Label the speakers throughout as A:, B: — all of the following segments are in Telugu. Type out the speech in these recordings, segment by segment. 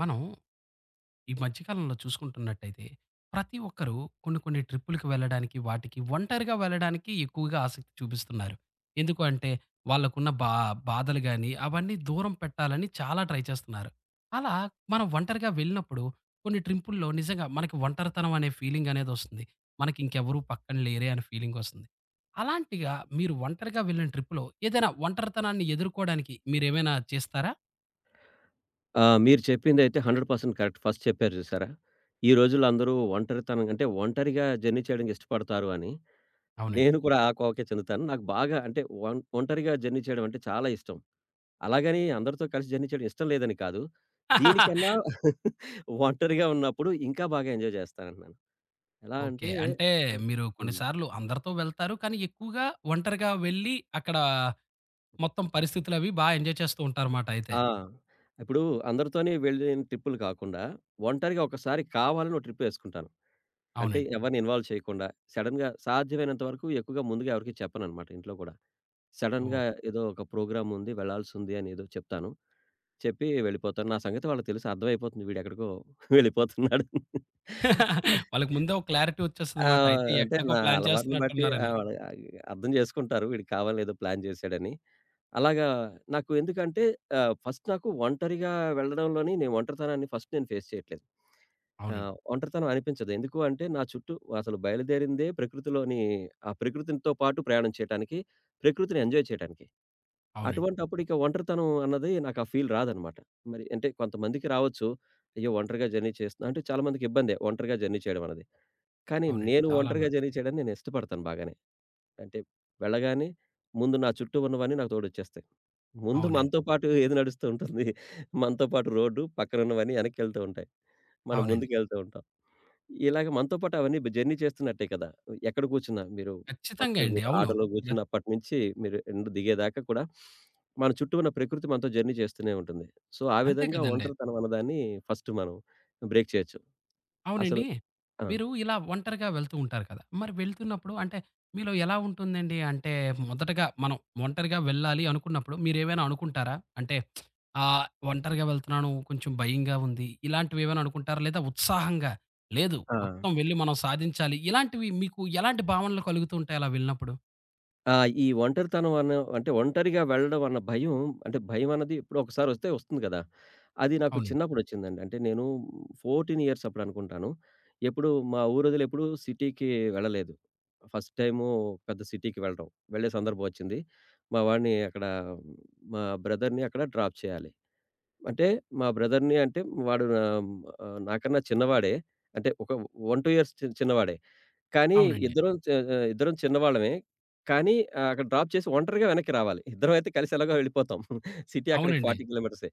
A: మనం ఈ మధ్యకాలంలో చూసుకుంటున్నట్టయితే, ప్రతి ఒక్కరు కొన్ని కొన్ని ట్రిప్పులకి వెళ్ళడానికి, వాటికి ఒంటరిగా వెళ్ళడానికి ఎక్కువగా ఆసక్తి చూపిస్తున్నారు. ఎందుకు అంటే వాళ్ళకున్న బాధలు గాని, అవన్నీ దూరం పెట్టాలని చాలా ట్రై చేస్తున్నారు. అలా మనం ఒంటరిగా వెళ్ళినప్పుడు కొన్ని ట్రింపుల్లో నిజంగా మనకి ఒంటరితనం అనే ఫీలింగ్ అనేదొస్తుంది. మనకి ఇంకెవరు పక్కన లేరే అనే ఫీలింగొస్తుంది. అలాంటిగా మీరు ఒంటరిగా వెళ్ళిన ట్రిప్‌లో ఏదైనా ఒంటరితనాన్ని ఎదుర్కోవడానికి మీరేమైనా చేస్తారా?
B: మీరు చెప్పిందైతే 100% కరెక్ట్. ఫస్ట్ చెప్పారు చూసారా? ఈ రోజుల్లో అందరూ ఒంటరితనం అంటే ఒంటరిగా జర్నీ చేయడానికి ఇష్టపడతారు అని.
A: అవునండి.
B: నేను కూడా ఆ కోవకే చెందుతాను. నాకు బాగా అంటే ఒంటరిగా జర్నీ చేయడం అంటే చాలా ఇష్టం. అలాగని అందరితో కలిసి జర్నీ చేయడం ఇష్టం లేదని కాదు. దీనికన్నా ఒంటరిగా ఉన్నప్పుడు ఇంకా బాగా ఎంజాయ్ చేస్తానంటున్నాను. ఎలా
A: ఓకే.
B: అంటే
A: అంటే
B: ఆ!
A: మీరు
B: హ్మ్.
A: కొన్నిసార్లు అందరితో వెళ్తారు. కానీ ఎక్కువగా ఒంటరిగా వెళ్ళి అక్కడ మొత్తం పరిస్థితులవి ఎంజాయ్ చేస్తూ ఉంటారుమాట అయితే.
B: ఆ! ఇప్పుడు అందరితోని వెళ్ళిన ట్రిప్పులు కాకుండా ఒంటరిగా ఒకసారి కావాలని ఒక ట్రిప్ వేసుకుంటాను. అంటే
A: అవునండి.
B: ఎవరిని ఇన్వాల్వ్ చేయకుండా సడెన్‌గా సాధ్యమైనంత వరకు ఎక్కువగా ముందుగా ఎవరికీ చెప్పననమాట ఇంట్లో కూడా. సడెన్‌గా
A: ఓహ్!
B: ఏదో ఒక ప్రోగ్రామ్ ఉంది వెళ్ళాల్సుంది అని ఏదో చెప్తాను. చెప్పి వెళ్ళిపోతాను. నా సంగతి వాళ్ళకి తెలుసు అర్థమైపోతుంది వీడెక్కడికో వెళ్ళిపోతున్నాడని.
A: వాళ్ళకి ముందే ఒక క్లారిటీ
B: ఆ!
A: వచ్చేస్తదన్నమాట. అయితే
B: అంటే
A: ఎక్కడికో
B: నా
A: ప్లాన్
B: అలవాటుని బట్టి
A: చేస్తున్నట్టున్నారని.
B: ఆవిడ అర్థం చేసుకుంటారు. వీడికి కావాలని ఏదో ప్లాన్ చేసాడని. అలాగా నాకు ఎందుకంటే ఫస్ట్ నాకు ఒంటరిగా వెళ్ళడంలోని నేను ఒంటరితనాన్ని ఫస్ట్ నేను ఫేస్ చేయట్లేదు.
A: అవునండి.
B: ఒంటరితనం అనిపించదు. ఎందుకు అంటే నా చుట్టూ అసలు బయలుదేరిందే ప్రకృతిలోని ఆ ప్రకృతితో పాటు ప్రయాణం చేయటానికి, ప్రకృతిని ఎంజాయ్ చేయటానికి.
A: అవునండి.
B: అటువంటప్పుడు ఇక ఒంటరితనం అన్నది నాకు ఆ ఫీల్ రాదనమాట. మరి అంటే కొంతమందికి రావచ్చు. అయ్యో! ఒంటరిగా జర్నీ చేస్తున్నా అంటే చాలా మందికి ఇబ్బందే ఒంటరిగా జర్నీ చేయడం అనేది. కానీ
A: అవునండి.
B: నేను ఒంటరిగా
A: చాలానా?
B: జర్నీ చేయడాన్ని నేను ఇష్టపడతాను బాగానే. అంటే వెళ్ళగానే ముందు నా చుట్టూ ఉన్నవన్నీ నాకు తోడొచ్చేస్తాయి. ముందు
A: అవునండి.
B: మనతో పాటు ఏది నడుస్తూ ఉంటుంది. మనతో పాటు రోడ్డు, పక్కనున్నవన్నీ వెనక్కెళ్తూ ఉంటాయి. మనం
A: అవునండి.
B: ముందుకెళ్తూ ఉంటాం. ఇలాగ మనతో పాటు అవన్నీ జర్నీ చేస్తున్నట్టే కదా! ఎక్కడ కూర్చున్నా మీరు
A: ఖచ్చితంగా
B: ఫస్ట్
A: అండి.
B: మీరు
A: అవును.
B: ఆటోలో
A: ఎత్
B: కూర్చున్నప్పటి నుంచి మీరు ఎండ్ దిగేదాకా కూడా మన చుట్టూ ఉన్న ప్రకృతి మనతో జర్నీ చేస్తూనే ఉంటుంది. సో, ఆ
A: అంతే
B: విధంగా
A: కదండీ!
B: ఒంటరితనం అన్నదాన్ని ఫస్ట్ మనం బ్రేక్ చేయొచ్చు. అసలు
A: అవునండి.
B: ఆ!
A: మీరు ఇలా ఒంటరిగా వెళ్తూ ఉంటారు కదా! మరి వెళ్తున్నప్పుడు అంటే మీలో ఎలా ఉంటుందండి? అంటే మొదటగా మనం ఒంటరిగా వెళ్ళాలి అనుకున్నప్పుడు మీరేమైనా అనుకుంటారా? అంటే ఒంటరిగా వెళ్తున్నాను, కొంచెం భయంగా ఉంది. ఇలాంటివి ఏమైనా అనుకుంటారా? లేదా ఉత్సాహంగా లేదు
B: ఆ!
A: మొత్తం వెళ్ళి మనం సాధించాలి. ఇలాంటివి మీకు ఎలాంటి భావనలు కలుగుతూ ఉంటాయి అలా వెళ్ళినప్పుడు?
B: ఆ! ఈ ఒంటరితనం అనే అంటే ఒంటరిగా వెళ్ళడం అన్న భయం అంటే భయం అన్నది ఎప్పుడో ఒకసారి వస్తే వస్తుంది కదా! అది నాకు
A: అవునండి.
B: చిన్నప్పుడొచ్చిందండి. అంటే నేను 14 ఇయర్స్ అప్పుడు అనుకుంటాను. ఎప్పుడు మా ఊరోదిలి ఎప్పుడు సిటీకి వెళ్ళలేదు. ఫస్ట్ టైము పెద్ద సిటీకి వెళ్ళడం. వెళ్ళే సందర్భం వచ్చింది. మా వాడిని అక్కడ మా బ్రదర్‌ని అక్కడ డ్రాప్ చేయాలి. అంటే మా బ్రదర్‌ని అంటే వాడు నాకన్నా చిన్నవాడే. అంటే ఒక 1, 2 ఇయర్స్ చిన్నవాడే. కానీ
A: అవునండి.
B: ఇద్దరం ఇద్దరం చిన్నవాళ్ళమే. కానీ అక్కడ డ్రాప్ చేసి ఒంటరిగా వెనక్కి రావాలి. ఇద్దరమైతే కలిసి ఎలాగో వెళ్ళిపోతాం. సిటీ అక్కడికి
A: అవునండి.
B: 40 కిలోమీటర్సే.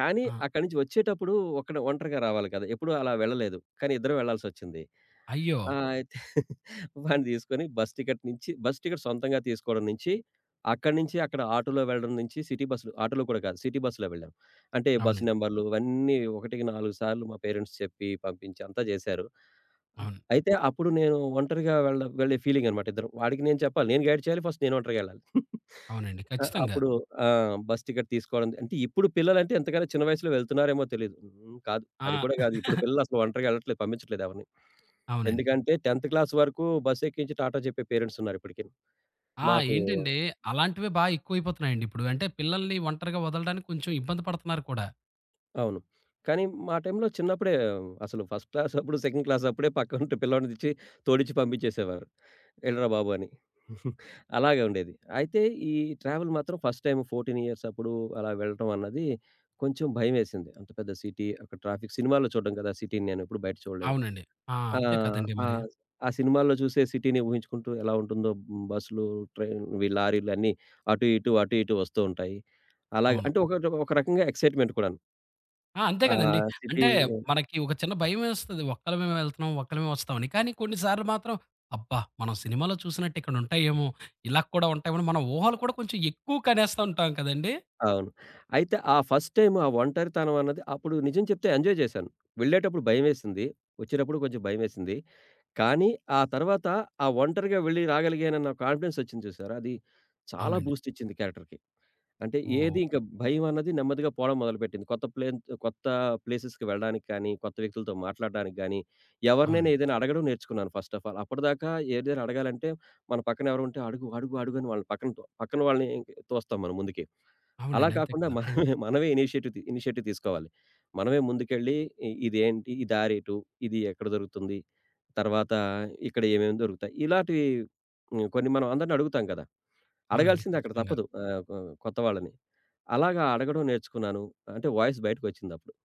B: కానీ
A: ఆ!
B: అక్కడి నుంచి వచ్చేటప్పుడు ఒక్కడే ఒంటరిగా రావాలి కదా! ఎప్పుడూ అలా వెళ్ళలేదు. కానీ ఇద్దరం వెళ్ళాల్సొచ్చింది.
A: అయ్యో!
B: అయితే వాడిని తీసుకొని బస్ టికెట్ నుంచి బస్ టికెట్ సొంతంగా తీసుకోవడం నుంచి, అక్కడి నుంచి అక్కడ ఆటోలో వెళ్ళడం నుంచి సిటీ బస్‌లు ఆటోలో కూడా కాదు. సిటీ బస్‌లో వెళ్ళాం. అంటే బస్
A: అవునండి.
B: నంబర్‌లు ఇవన్నీ 1కి 4 సార్లు మా పేరెంట్స్ చెప్పి, పంపించి అంతా చేశారు. అ
A: అవును.
B: అయితే అప్పుడు నేను ఒంటరిగా వెళ్ళే ఫీలింగ్ అనమాట ఇద్దరం. వాడికి నేను చెప్పాలి. నేను గైడ్ చేయాలి. ఫస్ట్ నేను ఒంటరిగా వెళ్ళాలి.
A: అవునండి. ఖచ్చితంగా.
B: అప్పుడు ఆ! బస్ టికెట్ తీసుకోవడం అంటే ఇప్పుడు పిల్లలంటే ఎంతకైనా చిన్న వయసులో వెళ్తున్నారేమో తెలీదు. కాదు. అది
A: ఆ!
B: కూడా కాదు. ఇప్పుడు పిల్లలు అసలు ఒంటరిగా వెళ్ళట్లేదు. పంపించట్లేదు ఎవరిని.
A: అవునండి.
B: ఎందుకంటే 10థ్ క్లాస్ వరకు బస్ ఎక్కించి టాటా చెప్పే పేరెంట్స్ ఉన్నారు ఇప్పటికి.
A: ఆ!
B: మాకు
A: ఏంటండి అలాంటివే ఎక్కువైపోతున్నాయండి ఇప్పుడు. అంటే పిల్లల్ని ఒంటరిగా వదలడానికి కొంచెం ఇబ్బంది పడుతున్నారు కూడా.
B: అవును. కానీ మా టైంలో చిన్నప్పుడే అసలు ఫస్ట్ క్లాస్ అప్పుడు, సెకండ్ క్లాస్ అప్పుడే పక్కనుంటి పిల్లోడిని తెచ్చి తోడించి పంపించేసేవారు. "ఎళ్ళరా బాబు" అని. అలాగే ఉండేది. అయితే ఈ ట్రావెల్ మాత్రం ఫస్ట్ టైమ్ 14 ఇయర్స్ అప్పుడు అలా వెళ్ళటం అన్నది కొంచెం భయమేసింది. అంత పెద్ద సిటీ, అక్కడ ట్రాఫిక్ సినిమాల్లో చూడడం కదా! సిటీని నేనెప్పుడు బయట చూడలేదు.
A: అవునండి. ఆ!
B: ఆ!
A: అంతే కదండీ
B: ఆ!
A: మరి.
B: ఆ సినిమాల్లో చూసే సిటీని ఊహించుకుంటూ ఎలా ఉంటుందో బస్సులు, ట్రైన్ ఇవి లారీలు అన్నీ అటు ఇటు, అటు ఇటు వస్తూ ఉంటాయి. అలాగే
A: అవును.
B: అంటే ఒక ఒక రకంగా ఎక్సైట్‌మెంట్ కూడాను.
A: ఆ! అంతే
B: ఆ
A: కదండీ.
B: సిటీ
A: అంటే మనకి ఒక చిన్న భయమేస్తది. ఒక్కలమే వెళ్తున్నాం, ఒక్కలమే వస్తామని. కానీ కొన్ని సార్లు మాత్రం అబ్బా! మనం సినిమాలో చూసినట్టు ఇక్కడ ఉంటాయేమో, ఇలా కూడా ఉంటాయేమో మన ఊహలు కూడా కొంచెం ఎక్కువ కనేస్తా ఉంటాం కదండీ.
B: అవును. అయితే ఆ ఫస్ట్ టైమ్ ఆ ఒంటరితనం అన్నది అప్పుడు నిజం చెప్తే ఎంజాయ్ చేశాను. వెళ్ళేటప్పుడు భయమేసింది. వచ్చేటప్పుడు కొంచెం భయమేసింది. కానీ ఆ తర్వాత ఆ ఒంటరిగా వెళ్ళి రాగలిగానన్న కాన్ఫిడెన్స్ వచ్చింది చూసారా! అది చాలా
A: అవునండి.
B: బూస్ట్ ఇచ్చింది క్యారెక్టర్‌కి. అంటే
A: ఓహ్!
B: ఏది ఇంక భయమన్నది నెమ్మదిగా పోవడం మొదలుపెట్టింది. కొత్త ప్లేన్ కొత్త ప్లేసెస్‌కి వెళ్ళడానికి కానీ, కొత్త వ్యక్తులతో మాట్లాడడానికి గానీ, ఎవరినైనా
A: అవునండి.
B: ఏదైనా అడగడం నేర్చుకున్నాను ఫస్ట్ ఆఫ్ ఆల్. అప్పటిదాకా ఏదైనా అడగాలంటే మన పక్కన ఎవరుంటే అడుగు, అడుగు, అడుగు అని వాళ్ళని పక్కన పక్కన వాళ్ళని ఇంక తోస్తాం మనం ముందుకి. అలా
A: అవునండి. అంతే
B: కాకుండా
A: కదా!
B: మనమే మనమే ఇనిషియేటివ్ తీసుకోవాలి. మనమే ముందుకెళ్ళి ఇదేంటి? ఈ దారేటు? ఇది ఎక్కడ దొరుకుతుంది? తర్వాత ఇక్కడ ఏమేమి దొరుకుతాయి? ఇలాంటివి కొన్ని మనం అందరిని అడుగుతాం కదా!
A: అవునండి.
B: అడగాల్సిందే అక్కడ
A: ఖచ్చితంగా.
B: తప్పదు. ఆహ్, కొ కొత్త వాళ్ళని. అలాగా అడగడం నేర్చుకున్నాను. అంటే వాయిస్ బయటకొచ్చిందప్పుడు.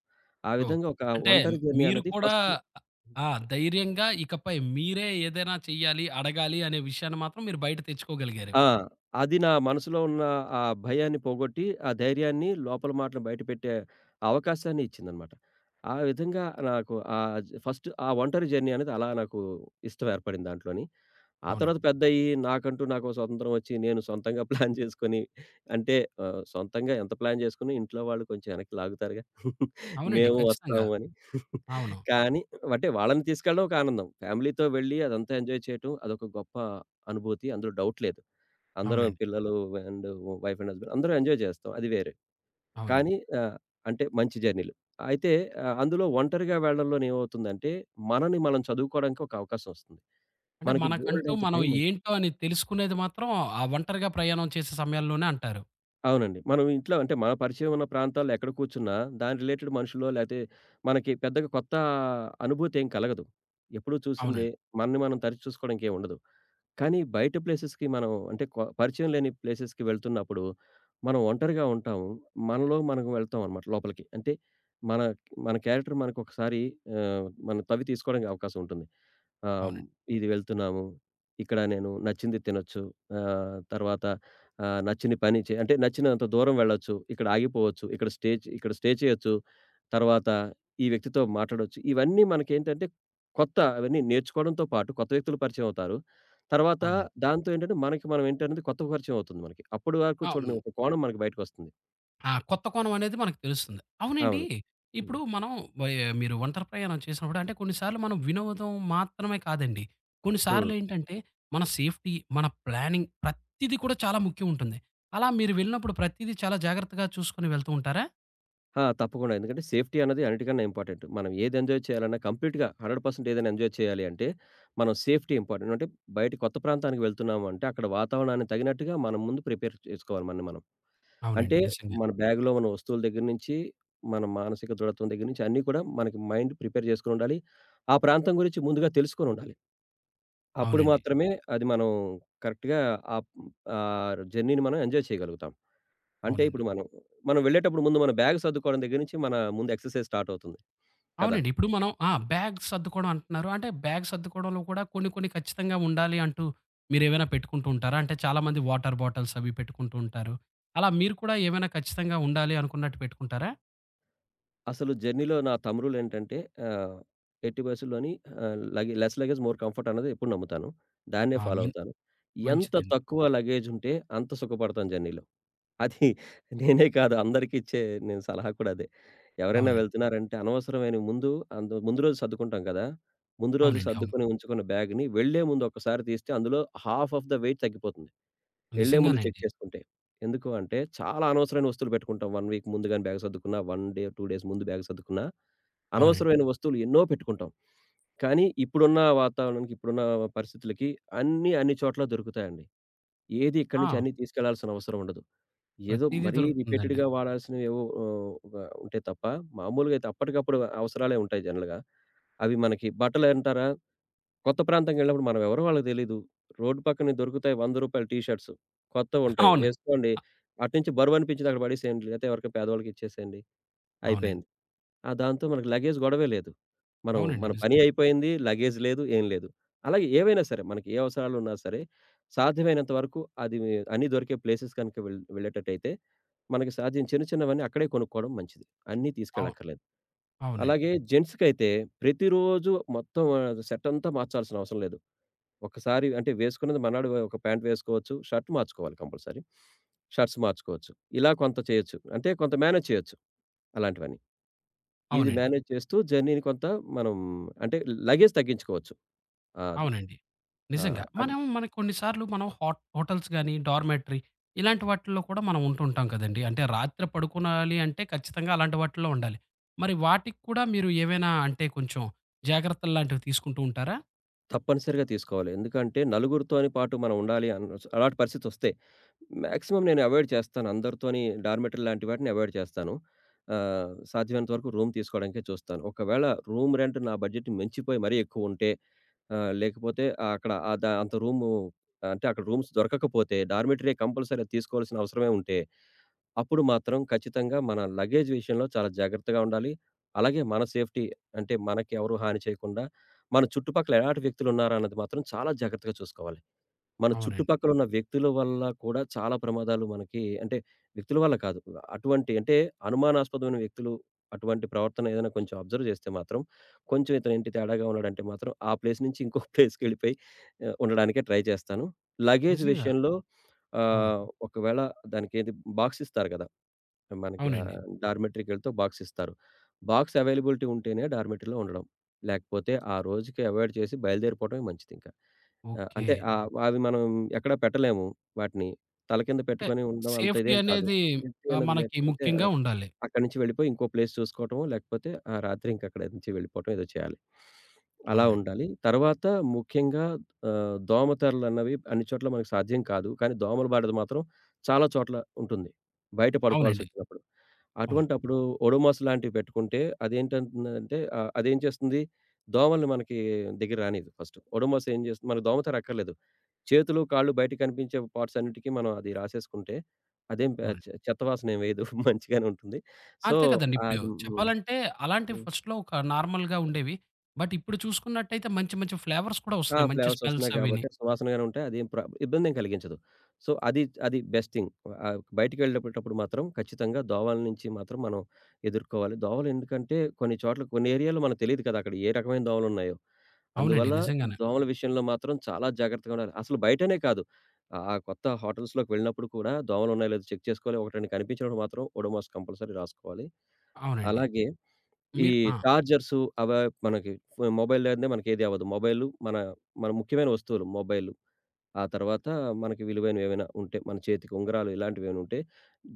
B: ఆ
A: ఓహ్!
B: విధంగా
A: అంటే
B: ఒంటరి జర్నీ
A: మీరు
B: అనేది
A: కూడా
B: ఫస్ట్
A: ఆ! ధైర్యంగా ఇకపై మీరే ఏదైనా చెయ్యాలి, అడగాలి అనే విషయాన్ని మాత్రం మీరు బయట తెచ్చుకోగలిగారు.
B: ఆ! అది నా మనసులో ఉన్న ఆ భయాన్ని పోగొట్టి, ఆ ధైర్యాన్ని లోపల మాటలు బయట పెట్టే అవకాశాన్ని ఇచ్చిందనమాట. ఆ విధంగా నాకు ఫస్ట్ ఆ ఒంటరి జర్నీ అనేది అలా నాకు ఇష్టం ఏర్పడింది దాంట్లోని. ఆ
A: అవునండి.
B: తర్వాత పెద్దయ్యి నాకంటూ నాకో స్వతంత్రం వచ్చి నేను సొంతంగా ప్లాన్ చేసుకొని అంటే సొంతంగా ఎంత ప్లాన్ చేసుకున్నా ఇంట్లో వాళ్ళు కొంచెం వెనక్కి లాగుతారుగా.
A: అవునండి.
B: మేము
A: ఖచ్చితంగా.
B: వస్తాము అని.
A: అవును.
B: కానీ అంటే వాళ్ళని తీసుకెళ్ళడం ఒక ఆనందం. ఫ్యామిలీతో వెళ్ళి అదంతా ఎంజాయ్ చేయటం అదొక గొప్ప అనుభూతి. అందులో డౌట్ లేదు. అందరం
A: అవునండి.
B: పిల్లలు అండ్ వైఫ్ అండ్ హస్బాండ్ అందరం ఎంజాయ్ చేస్తాం. అది వేరే.
A: అవునండి.
B: కానీ ఆహ్, అంటే మంచి జర్నీలు. అయితే అందులో ఒంటరిగా వెళ్ళడంలోనేమవుతుందంటే మనని మనం చదువుకోవడానికి ఒక అవకాశం వస్తుంది.
A: అంటే
B: మనకి
A: మనకంటూ
B: బోలెడంత
A: మనం
B: టైం
A: ఏంటో అని తెలుసుకునేది మాత్రం ఆ ఒంటరిగా ప్రయాణం చేసే సమయాల్లోనే అంటారు.
B: అవునండి. మనం ఇంట్లో అంటే మన పరిచయం ఉన్న ప్రాంతాల్లో ఎక్కడ కూర్చున్నా, దాని రిలేటెడ్ మనుషులో లేతే మనకి పెద్దగా కొత్త అనుభూతి ఏం కలగదు. ఎప్పుడూ చూసిందే.
A: అవునండి.
B: మనని మనం తరిచి చూసుకోవడానికి ఏం ఉండదు. కానీ బయట ప్లేసెస్‌కి మనం అంటే పరిచయం లేని ప్లేసెస్‌కి వెళ్తున్నప్పుడు మనం ఒంటరిగా ఉంటాము. మనలో మనం వెళ్తాం అనమాట లోపలికి. అంటే మన మన మనకొకసారి మనం తవ్వి తీసుకోవడానికి అవకాశం ఉంటుంది. ఆహ్,
A: అవునండి.
B: ఇది వెళ్తున్నాము. ఇక్కడ నేను నచ్చింది తినొచ్చు. తర్వాత నచ్చిన పని చే అంటే నచ్చినంత దూరం వెళ్ళొచ్చు. ఇక్కడ ఆగిపోవచ్చు. ఇక్కడ స్టే చేయొచ్చు. తర్వాత ఈ వ్యక్తితో మాట్లాడొచ్చు. ఇవన్నీ మనకేంటంటే కొత్త అవన్నీ నేర్చుకోవడంతో పాటు కొత్త వ్యక్తులు పరిచయం అవుతారు. తర్వాత
A: అవునండి.
B: దాంతో ఏంటంటే మనకి మనం ఏంటనేది కొత్త పరిచయం అవుతుంది మనకి. అప్పటి వరకు చూడని
A: అవును.
B: ఒక కోణం మనకి బయటకొస్తుంది.
A: ఆ! కొత్త కోణం అనేది మనకు తెలుస్తుంది. అవునండి.
B: అవును.
A: ఇప్పుడు
B: హ్మ్.
A: మనం వయ్ మీరు ఒంటరి ప్రయాణం చేసినప్పుడు అంటే కొన్నిసార్లు మనం వినోదం మాత్రమే కాదండి.
B: హ్మ్.
A: కొన్నిసార్లు ఏంటంటే మన సేఫ్టీ, మన ప్లానింగ్ ప్రతీది కూడా చాలా ముఖ్యం ఉంటుంది. అలా మీరు వెళ్ళినప్పుడు ప్రతీదీ చాలా జాగ్రత్తగా చూసుకొని వెళ్తూ ఉంటారా?
B: ఆ! తప్పకుండా. ఎందుకంటే సేఫ్టీ అన్నది అన్నిటికన్నా ఇంపార్టెంట్. మనం ఏది ఎంజాయ్ చేయాలన్నా కంప్లీట్‌గా 100% ఏదైనా ఎంజాయ్ చేయాలి అంటే మనం సేఫ్టీ ఇంపార్టెంట్. అంటే బయట కొత్త ప్రాంతానికి వెళ్తున్నాము అంటే అక్కడ వాతావరణానికి తగినట్టుగా మనం ముందు ప్రిపేర్ చేసుకోవాలి మనల్ని మనం.
A: అవునండి.
B: అంటే
A: నిజంగా.
B: మన బ్యాగ్‌లో ఉన్న వస్తువుల దగ్గర నుంచి, మన మానసిక దృఢత్వం దగ్గర నుంచి అన్నీ కూడా మనకి మైండ్ ప్రిపేర్ చేసుకొనుండాలి. ఆ ప్రాంతం గురించి ముందుగా తెలుసుకొనుండాలి. అప్పుడు
A: అవునండి.
B: మాత్రమే అది మనం కరెక్ట్‌గా ఆహ్, ఆహ్, జర్నీని మనం ఎంజాయ్ చేయగలుగుతాం. అంటే
A: అవునండి.
B: ఇప్పుడు మనం, మనం వెళ్ళేటప్పుడు ముందు మన బ్యాగ్ సర్దుకోవడం దగ్గర నుంచి మన ముందు ఎక్సర్‌సైజ్ స్టార్ట్ అవుతుంది కదా!
A: అవునండి. ఇప్పుడు మనం ఆ! బ్యాగ్ సర్దుకోవడం అంటున్నారు. అంటే బ్యాగ్ సర్దుకోవడంలో కూడా కొన్ని కొన్ని ఖచ్చితంగా ఉండాలి అంటూ మీరేమైనా పెట్టుకుంటూ ఉంటారా? అంటే చాలామంది వాటర్ బాటిల్స్ అవి పెట్టుకుంటూ ఉంటారు. అలా మీరు కూడా ఏమైనా ఖచ్చితంగా ఉండాలి అనుకున్నట్టు పెట్టుకుంటారా?
B: అసలు జర్నీలో నా తమ్ముళ్ళేంటంటే ఆహ్, ఎట్టి పరిస్థితుల్లోని ఆహ్, లగే లెస్ లగేజ్ మోర్ కంఫర్ట్ అన్నది ఎప్పుడు నమ్ముతాను. దాన్నే
A: ఆ!
B: ఫాలో అవుతాను. ఎంత
A: మంచిదండి.
B: తక్కువ లగేజ్ ఉంటే అంత సుఖపడతాను జర్నీలో. అది నేనే కాదు అందరికిచ్చే నేను సలహా కూడా అదే. ఎవరైనా
A: అవునండి.
B: వెళ్తున్నారంటే అనవసరమైన ముందు రోజు సర్దుకుంటాం కదా! ముందు రోజు
A: అవునండి. అవును.
B: సర్దుకొని ఉంచుకున్న బ్యాగ్‌ని వెళ్ళే ముందు ఒక్కసారి తీస్తే అందులో హాఫ్ ఆఫ్ ద వెయిట్ తగ్గిపోతుంది. వెళ్ళే ముందు చెక్
A: నిజంగానండి.
B: చేసుకుంటే. ఎందుకు అంటే చాలా అనవసరమైన వస్తువులు పెట్టుకుంటాం. 1 వీక్ ముందుగానే బ్యాగ్ సర్దుకున్నా, 1 డే, 2 డేస్ ముందు బ్యాగ్ సర్దుకున్నా,
A: అవునండి.
B: అనవసరమైన వస్తువులు ఎన్నో పెట్టుకుంటాం. కానీ ఇప్పుడున్న వాతావరణానికి, ఇప్పుడున్న పరిస్థితులకి అన్నీ అన్ని చోట్ల దొరుకుతాయండి. ఏది ఇక్కడి నుంచి
A: ఆ!
B: అన్నీ తీసుకెళ్లాల్సిన అవసరం ఉండదు. ఏదో
A: ప్రతీదీ
B: మరీ
A: దొరుకుతుందండి.
B: రిపీటెడ్‌గా వాడాల్సినవేవో ఒక ఉంటే తప్ప, మామూలుగా అయితే అప్పటికప్పుడు అవసరాలే ఉంటాయి జనరల్‌గా. అవి మనకి బట్టలంటారా, కొత్త ప్రాంతంకెళ్ళినప్పుడు మనమెవరో వాళ్ళకి తెలీదు. రోడ్డు పక్కనే దొరుకుతాయి రూ. 100 టీ షర్ట్స్. కొత్తవుంటాయి.
A: అవును.
B: వేసుకోండి. అటు నుంచి బరువనిపించింది అక్కడ పడేసేయండి. లేతే ఎవరికో పేదవాళ్ళకిచ్చేసేయండి.
A: అవునండి.
B: అయిపోయింది. ఆ! దాంతో మనకు లగేజ్ గొడవే లేదు. మనం
A: అవునండి.
B: మన పని
A: నిజంగా.
B: అయిపోయింది. లగేజ్ లేదు. ఏం లేదు. అలాగే ఏవైనా సరే మనకి ఏ అవసరాలున్నా సరే సాధ్యమైనంత వరకు అది అన్నీ దొరికే ప్లేసెస్ కనుక వెళ్ళేటట్టయితే మనకి సాధ్యం చిన్న చిన్నవన్నీ అక్కడే కొనుక్కోవడం మంచిది. అన్నీ
A: అవును.
B: తీసుకెళ్ళక్కర్లేదు.
A: అవునండి.
B: అలాగే జెంట్స్‌కైతే ప్రతిరోజు మొత్తం సెట్ అంతా మార్చాల్సిన అవసరం లేదు. ఒకసారి అంటే వేసుకున్నది మర్నాడు ఒక ప్యాంట్ వేసుకోవచ్చు. షర్ట్ మార్చుకోవాలి కంపల్సరీ. షర్ట్స్ మార్చుకోవచ్చు. ఇలా కొంత చేయొచ్చు. అంటే కొంత మేనేజ్ చేయొచ్చు అలాంటివన్నీ. ఇది
A: అవునండి.
B: మేనేజ్ చేస్తూ జర్నీని కొంత మనం అంటే లగేజ్ తగ్గించుకోవచ్చు. ఆ! అది.
A: అవునండి.
B: ఆ!
A: నిజంగా.
B: అన్
A: మనం మన కొన్ని సార్లు మనం హాట్ హోటల్స్ గాని, డార్మెటరీ ఇలాంటి వాటిల్లో కూడా మనం ఉంటుంటాం కదండీ. అంటే రాత్రి పడుకోనాలి అంటే ఖచ్చితంగా అలాంటి వాటిల్లో ఉండాలి. మరి వాటికి కూడా మీరు ఏవైనా అంటే కొంచెం జాగ్రత్తలు లాంటివి తీసుకుంటూ ఉంటారా?
B: తప్పనిసరిగా తీసుకోవాలి. ఎందుకంటే నలుగురితోని పాటు మనం ఉండాలి అలాంటి పరిస్థితొస్తే మాక్సిమం నేను అవాయిడ్ చేస్తాను. అందరితోని డార్‌మెటల్ లాంటి వాటిని అవాయిడ్ చేస్తాను. సాధ్యమైనంత వరకు రూమ్ తీసుకోవడానికే చూస్తాను. ఒకవేళ రూమ్ రెంట్ నా బడ్జెట్ మించిపోయి మరీ ఎక్కువుంటే ఆహ్, లేకపోతే ఆ అక్కడ ఆహ్, ద అంత రూము అంటే అక్కడ రూమ్స్ దొరకకపోతే డార్‌మెటరే కంపల్సరీగా తీసుకోవాల్సిన అవసరమే ఉంటే అప్పుడు మాత్రం ఖచ్చితంగా మన లగేజ్ విషయంలో చాలా జాగ్రత్తగా ఉండాలి. అలాగే మన సేఫ్టీ అంటే మనకెవరు హాని చేయకుండా, మన చుట్టుపక్కల ఎలాంటి వ్యక్తులున్నారన్నది మాత్రం చాలా జాగ్రత్తగా చూసుకోవాలి. మన
A: అవునండి.
B: చుట్టుపక్కల ఉన్న వ్యక్తుల వల్ల కూడా చాలా ప్రమాదాలు మనకి అంటే వ్యక్తుల వల్ల కాదు. అటువంటి అంటే అనుమానాస్పదమైన వ్యక్తులు అటువంటి ప్రవర్తన ఏదైనా కొంచెం అబ్జర్వ్ చేస్తే మాత్రం, కొంచెం ఇతను ఏంటి తేడాగా ఉన్నాడంటే మాత్రం ఆ ప్లేస్ నుంచి ఇంకో ప్లేస్‌కెళ్ళిపోయి ఉండడానికే ట్రై చేస్తాను. లగేజ్
A: నిజంగా.
B: విషయంలో
A: అవును.
B: ఒకవేళ దానికేది బాక్స్ ఇస్తారు కదా! మనకి
A: అవునండి.
B: డార్మెటరీకెళ్తే ఒక బాక్స్ ఇస్తారు. బాక్స్ అవైలబిలిటీ ఉంటేనే డార్మెటరీలో ఉండడం. లేకపోతే ఆ రోజుకి అవాయిడ్ చేసి బయలుదేరిపోవడమే మంచిదింక.
A: ఓకే.
B: అవి మనం ఎక్కడ పెట్టలేము వాటిని. తల కింద
A: అంటే
B: పెట్టుకొని ఉండడం అంత
A: సేఫ్టీ
B: ఇదేం కాదు.
A: అనేది
B: సేఫ్టీ అనేది
A: మనకి
B: లేకపోతే ఆ!
A: ముఖ్యంగా ఉండాలి.
B: అక్కడి నుంచి వెళ్ళిపోయి ఇంకో ప్లేస్ చూసుకోవటమో, లేకపోతే ఆ రాత్రి ఇంకక్కడి నుంచి వెళ్ళిపోవటం ఏదో చేయాలి. అలా
A: అవునండి.
B: ఉండాలి. తర్వాత ముఖ్యంగా దోమతెరలన్నవి అన్ని చోట్ల మనకు సాధ్యం కాదు. కానీ దోమల బారిన మాత్రం చాలా చోట్ల ఉంటుంది. బయట
A: అవునండి.
B: పడుకోవాల్సొచ్చినప్పుడు.
A: అవును.
B: అటువంటప్పుడు ఒడోమాస్ లాంటివి పెట్టుకుంటే అదేంటంటుందంటే అదేం చేస్తుంది దోమల్ని మనకి దగ్గర రానీయదు ఫస్ట్. ఒడోమాస్ ఏం చేస్తుంది మనకు దోమతెర అక్కర్లేదు. చేతులు, కాళ్ళు బయట కనిపించే పార్ట్స్ అన్నిటికి మనం అది రాసేసుకుంటే, అదేం పె
A: అవునండి.
B: చె చెత్త వాసనేం వేయదు. మంచిగానే ఉంటుంది. సో,
A: అంతే కదండీ! ఇప్పుడు
B: అది హ్మ్.
A: చెప్పాలంటే అలాంటివి
B: హ్మ్.
A: ఫస్ట్‌లో ఒక నార్మల్‌గా ఉండేవి. బట్ ఇప్పుడు చూసుకున్నట్టయితే మంచి మంచి ఫ్లేవర్స్ కూడా
B: ఆ!
A: వస్తున్నాయి. మంచి
B: ఫ్లేవర్స్
A: స్మెల్స్
B: వస్తున్నాయి
A: అవిని.
B: కాబట్టి సువాసనగానే ఉంటాయి. అదేం ప్ర ఇబ్బందేం కలిగించదు. సో, అది అది బెస్ట్ థింగ్. బయటికెళ్ళేటప్పుడు మాత్రం ఖచ్చితంగా దోవల నుంచి మాత్రం మనం ఎదుర్కోవాలి. దోవలు ఎందుకంటే కొన్ని చోట్ల కొన్ని ఏరియాలో మనకు తెలీదు కదా! అక్కడ ఏ రకమైన దోవలున్నాయో.
A: అవునండి.
B: అందువల్ల
A: నిజంగానే.
B: దోమల విషయంలో మాత్రం చాలా జాగ్రత్తగా ఉండాలి. అసలు బయటనే కాదు. ఆ కొత్త హోటల్స్‌లోకి వెళ్ళినప్పుడు కూడా దోమలున్నాయో లేదో చెక్ చేసుకోవాలి. ఒకటి రెండు కనిపించినప్పుడు మాత్రం ఓడోమాస్ కంపల్సరీ రాసుకోవాలి.
A: అవునండి.
B: అలాగే ఈ
A: మీరు ఆ!
B: చార్జర్సు అవ మనకి మొబైల్ లేనిదే మనకేది అవ్వదు. మొబైలు మన మన ముఖ్యమైన వస్తువులు మొబైలు. ఆ తర్వాత మనకి విలువైనవేవైనా ఉంటే మన చేతికి ఉంగరాలు ఇలాంటివేమైనా ఉంటే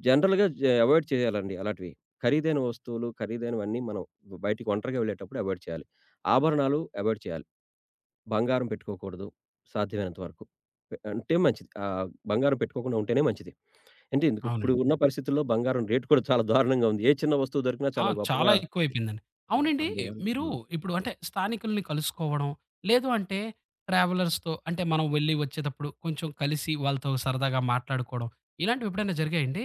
B: జనరల్‌గా అవాయిడ్ చేయాలండి అలాంటివి. ఖరీదైన వస్తువులు, ఖరీదైనవన్నీ మనం బయటికి ఒంటరిగా వెళ్ళేటప్పుడు అవాయిడ్ చేయాలి. ఆభరణాలు అవాయిడ్ చేయాలి. బంగారం పెట్టుకోకూడదు సాధ్యమైనంత వరకు. అంటే మంచిది. బంగారం పెట్టుకోకుండా ఉంటేనే మంచిది. అంటే ఎందుకు ఇప్పుడు
A: అవునండి.
B: ఉన్న పరిస్థితుల్లో బంగారం రేటు కూడా చాలా దారుణంగా ఉంది. ఏ చిన్న వస్తువు దొరికినా
A: ఆ!
B: చాలా
A: చాలా
B: గొప్పగా
A: ఎక్కువైపోయిందండి. అవునండి.
B: అందువల్ల
A: మీరు ఇప్పుడు అంటే స్థానికుల్ని కలుసుకోవడం, లేదు అంటే ట్రావెలర్స్‌తో అంటే మనం వెళ్లి వచ్చేతప్పుడు కొంచెం కలిసి వాళ్ళతో సరదాగా మాట్లాడుకోవడం, ఇలాంటివి ఎప్పుడైనా జరిగాయండి?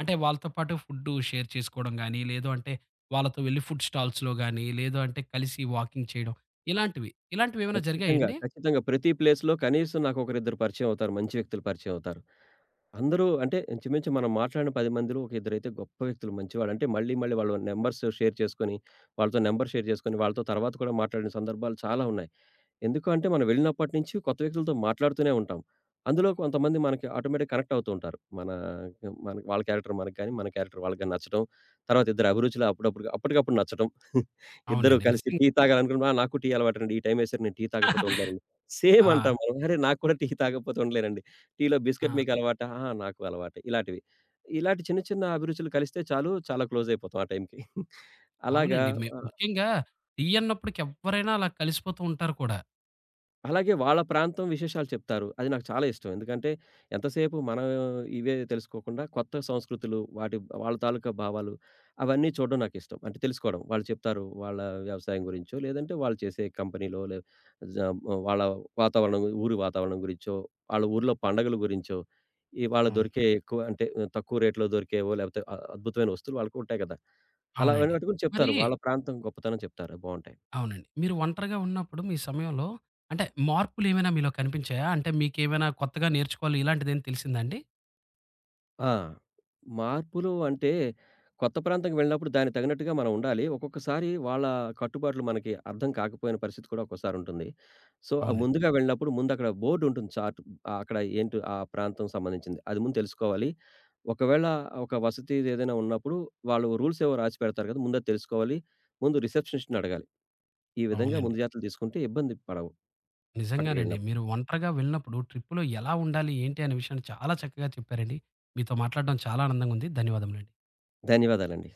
A: అంటే వాళ్ళతో పాటు ఫుడ్డు షేర్ చేసుకోవడం గాని, లేదు అంటే వాళ్ళతో వెళ్లి ఫుడ్ స్టాల్స్‌లో గాని, లేదు అంటే కలిసి వాకింగ్ చేయడం ఇలాంటివి. ఇలాంటివేమైనా
B: ఖచ్చితంగా.
A: జరిగాయండి?
B: ఖచ్చితంగా. ప్రతి ప్లేస్‌లో కనీసం నాకొకరిద్దరు పరిచయం అవుతారు. మంచి వ్యక్తులు పరిచయం అవుతారు. అందరూ అంటే ఇంచుమించు మనం మాట్లాడిన 10 మందిలో ఒక ఇద్దరైతే గొప్ప వ్యక్తులు మంచివాళ్ళు. అంటే మళ్ళీ మళ్ళీ వాళ్ళ నంబర్స్ షేర్ చేసుకొని, వాళ్ళతో నంబర్ షేర్ చేసుకొని, వాళ్ళతో తర్వాత కూడా మాట్లాడిన సందర్భాలు చాలా ఉన్నాయి. ఎందుకు అంటే మనం వెళ్ళినప్పటి నుంచి కొత్త వ్యక్తులతో మాట్లాడుతూనే ఉంటాం. అందులో కొంతమంది మనకి ఆటోమేటిక్‌గా కనెక్ట్ అవుతూ ఉంటారు. మన మన వాళ్ళ క్యారెక్టర్ మనకు గాని, మన క్యారెక్టర్ వాళ్ళకి గాని నచ్చడం. తర్వాత ఇద్దరి అభిరుచులు అప్పుడప్పుడు అప్పటికప్పుడు నచ్చడం. ఇద్దరు
A: అవునండి.
B: కలిసి
A: నిజంగా.
B: టీ తాగాలనుకున్నప్పుడు, "ఆ! నాకు టీ అలవాటండి. ఈ టైం వేసారు నేను టీ తాగకపోతే ఉండలేనండి." సేమ్
A: ఆ!
B: అంటాం మనం. "అరే! నాకు కూడా టీ తాగకపోతే ఉండలేనండి. టీలో
A: ఆ!
B: బిస్కెట్ మీకు అలవాటా?" "ఆ! నాకు అలవాటే." ఇలాంటివి. ఇలాంటి చిన్న చిన్న అభిరుచులు కలిస్తే చాలు చాలా క్లోజ్ అయిపోతాం ఆ టైంకి. అలాగా
A: అవునండి. మే
B: ఆ!
A: ముఖ్యంగా టీ అన్నప్పటికి ఎవ్వరైనా అలా కలిసిపోతూ ఉంటారు కూడా.
B: అలాగే వాళ్ళ ప్రాంతం విశేషాలు చెప్తారు. అది నాకు చాలా ఇష్టం. ఎందుకంటే ఎంతసేపు మనం ఇవే తెలుసుకోకుండా కొత్త సంస్కృతులు, వాటి వాళ్ళ తాలూకా భావాలు అవన్నీ చూడడం నాకిష్టం. అంటే తెలుసుకోవడం. వాళ్ళు చెప్తారు వాళ్ళ వ్యవసాయం గురించో, లేదంటే వాళ్ళు చేసే కంపెనీలో లే జ వాళ్ళ వాతావరణం, ఊరి వాతావరణం గురించో, వాళ్ళ ఊర్లో పండగల గురించో, ఈ వాళ్ళ
A: అవును.
B: దొరికే ఎక్కువ తక్కువ రేట్‌లో దొరికేవో లేకపోతే అద్భుతమైన వస్తువులు వాళ్ళకు ఉంటాయి కదా! అలా అవన్నీ
A: అవునండి.
B: పట్టుకొని
A: మరి
B: చెప్తారు. వాళ్ళ ప్రాంతం గొప్పతనం చెప్తారు. బావుంటాయి.
A: అవునండి. మీరు ఒంటరిగా ఉన్నప్పుడు మీ సమయంలో అంటే మార్పులేమైనా మీలో కనిపించాయా? అంటే మీకేమైనా కొత్తగా నేర్చుకోవాలి ఇలాంటిదేమైనా తెలిసిందా అండి?
B: ఆ! మార్పులు అంటే, కొత్త ప్రాంతానికి వెళ్ళినప్పుడు దానికి తగినట్టుగా మనం ఉండాలి. ఒక్కొక్కసారి వాళ్ళ కట్టుబాట్లు మనకి అర్థం కాకపోయిన పరిస్థితి కూడా ఒక్కోసారుంటుంది. సో,
A: అవునండి.
B: ముందుగా వెళ్ళినప్పుడు ముందక్కడ బోర్డుంటుంది చార్ట్. అక్కడ ఏంటో ఆ ప్రాంతం సంబంధించింది. అది ముందు తెలుసుకోవాలి. ఒకవేళ ఒక వసతిదేదైనా ఉన్నప్పుడు వాళ్ళు రూల్స్ ఏవో రాసి పెడతారు కదా! ముందది తెలుసుకోవాలి. ముందు రిసెప్షనిస్ట్‌ని అడగాలి. ఈ విధంగా
A: అవునండి.
B: ముందు జాగ్రత్తలు తీసుకుంటే ఇబ్బంది పడవు
A: నిజంగానండి.
B: అక్కడికెళ్ళినప్పుడు.
A: మీరు ఒంటరిగా వెళ్ళినప్పుడు ట్రిప్‌లో ఎలా ఉండాలి? ఏంటి? అనే విషయాన్ని చాలా చక్కగా చెప్పారండి. మీతో మాట్లాడడం చాలా ఆనందంగా ఉంది. ధన్యవాదములండి.
B: ధన్యవాదాలండి.